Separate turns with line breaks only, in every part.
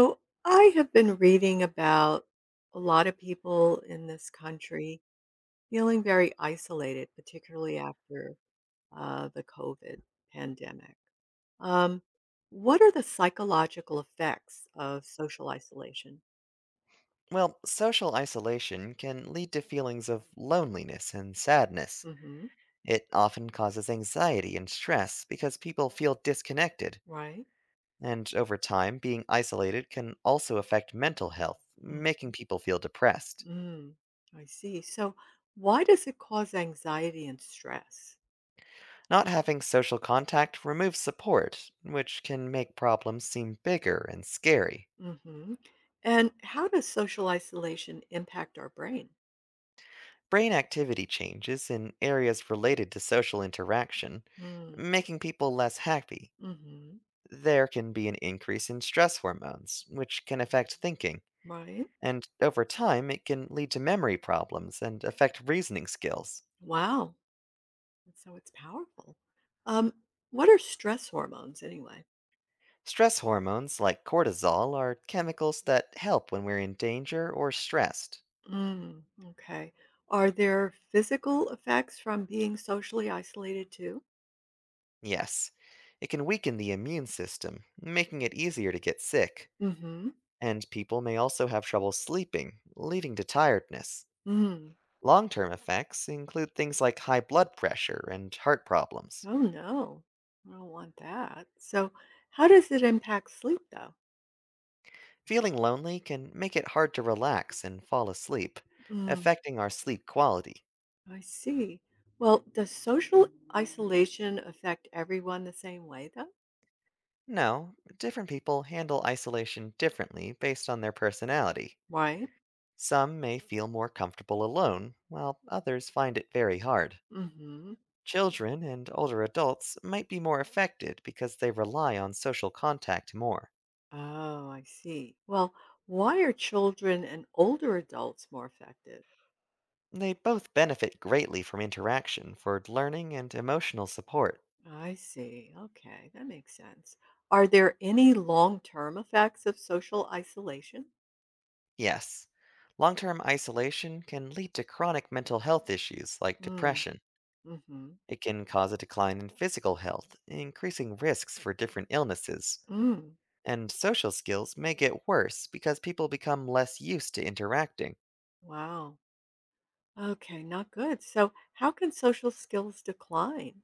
So I have been reading about a lot of people in this country feeling very isolated, particularly after the COVID pandemic. Um, what are the psychological effects of social isolation?
Well, social isolation can lead to feelings of loneliness and sadness.
Hmm.
It often causes anxiety and stress because people feel disconnected,
Right.
and over time, being isolated can also affect mental health,
Hmm.
making people feel depressed.
Mm, I see. So, why does it cause anxiety and stress?
Not having social contact removes support, which can make problems seem bigger and scary.
Hmm. And how does social isolation impact our brain?
Brain activity changes in areas related to social interaction,
Mm.
making people less happy.
Mm-hmm.
There can be an increase in stress hormones, which can affect thinking,
Right.
and over time, it can lead to memory problems and affect reasoning skills.
Wow. And so it's powerful. Um, what are stress hormones anyway?
Stress hormones, like cortisol, are chemicals that help when we're in danger or stressed.
Mm, okay. Are there physical effects from being socially isolated too?
Yes, it can weaken the immune system, making it easier to get sick,
Mm-hmm.
and people may also have trouble sleeping, leading to tiredness.
Mm.
Long term effects include things like high blood pressure and heart problems.
Oh no. I don't want that. So how does it impact sleep though?
Feeling lonely can make it hard to relax and fall asleep,
Mm,
affecting our sleep quality.
I see. Well, does social isolation affect everyone the same way though?
No, different people handle isolation differently based on their personality.
Right.
Some may feel more comfortable alone, while others find it very hard.
Mm-hmm.
Children and older adults might be more affected because they rely on social contact more.
Oh, I see. Well, why are children and older adults more affected?
They both benefit greatly from interaction for learning and emotional support.
I see. Okay, that makes sense. Are there any long term effects of social isolation?
Yes. Long term isolation can lead to chronic mental health issues like
Mm,
depression.
mm-hmm.
It can cause a decline in physical health, increasing risks for different illnesses.
Mm,
And social skills may get worse because people become less used to interacting.
wow. Okay, not good. So, how can social skills decline?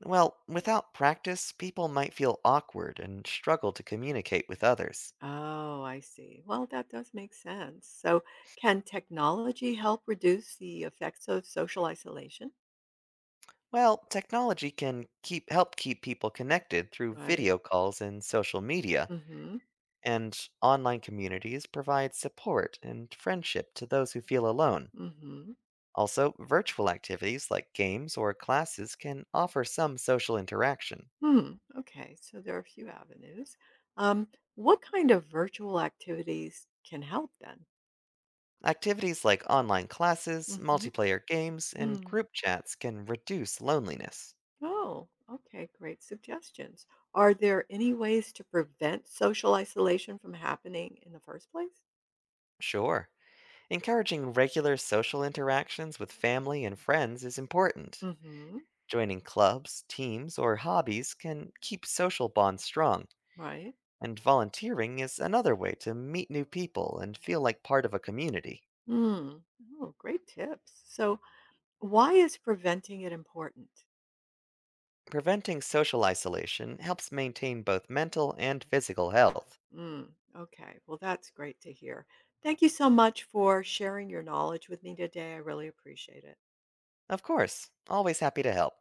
Well, without practice, people might feel awkward and struggle to communicate with others.
Oh, I see. Well, that does make sense. So, can technology help reduce the effects of social isolation?
Well, technology can keep help keep people connected through
Right.
video calls and social media,
Mm-hmm.
and online communities provide support and friendship to those who feel alone.
Mm-hmm.
Also, virtual activities like games or classes can offer some social interaction.
Hmm. Okay. So there are a few avenues. Um, what kind of virtual activities can help then?
Activities like online classes,
Hmm.
multiplayer games, and
Mm.
group chats can reduce loneliness.
Oh, okay. Great suggestions. Are there any ways to prevent social isolation from happening in the first place?
Sure, encouraging regular social interactions with family and friends is important.
Hmm.
Joining clubs, teams, or hobbies can keep social bonds strong.
Right.
And volunteering is another way to meet new people and feel like part of a community.
Mm. Oh, great tips. So, why is preventing it important?
Preventing social isolation helps maintain both mental and physical health.
Mm. Okay. Well, that's great to hear. Thank you so much for sharing your knowledge with me today. I really appreciate it.
Of course, always happy to help.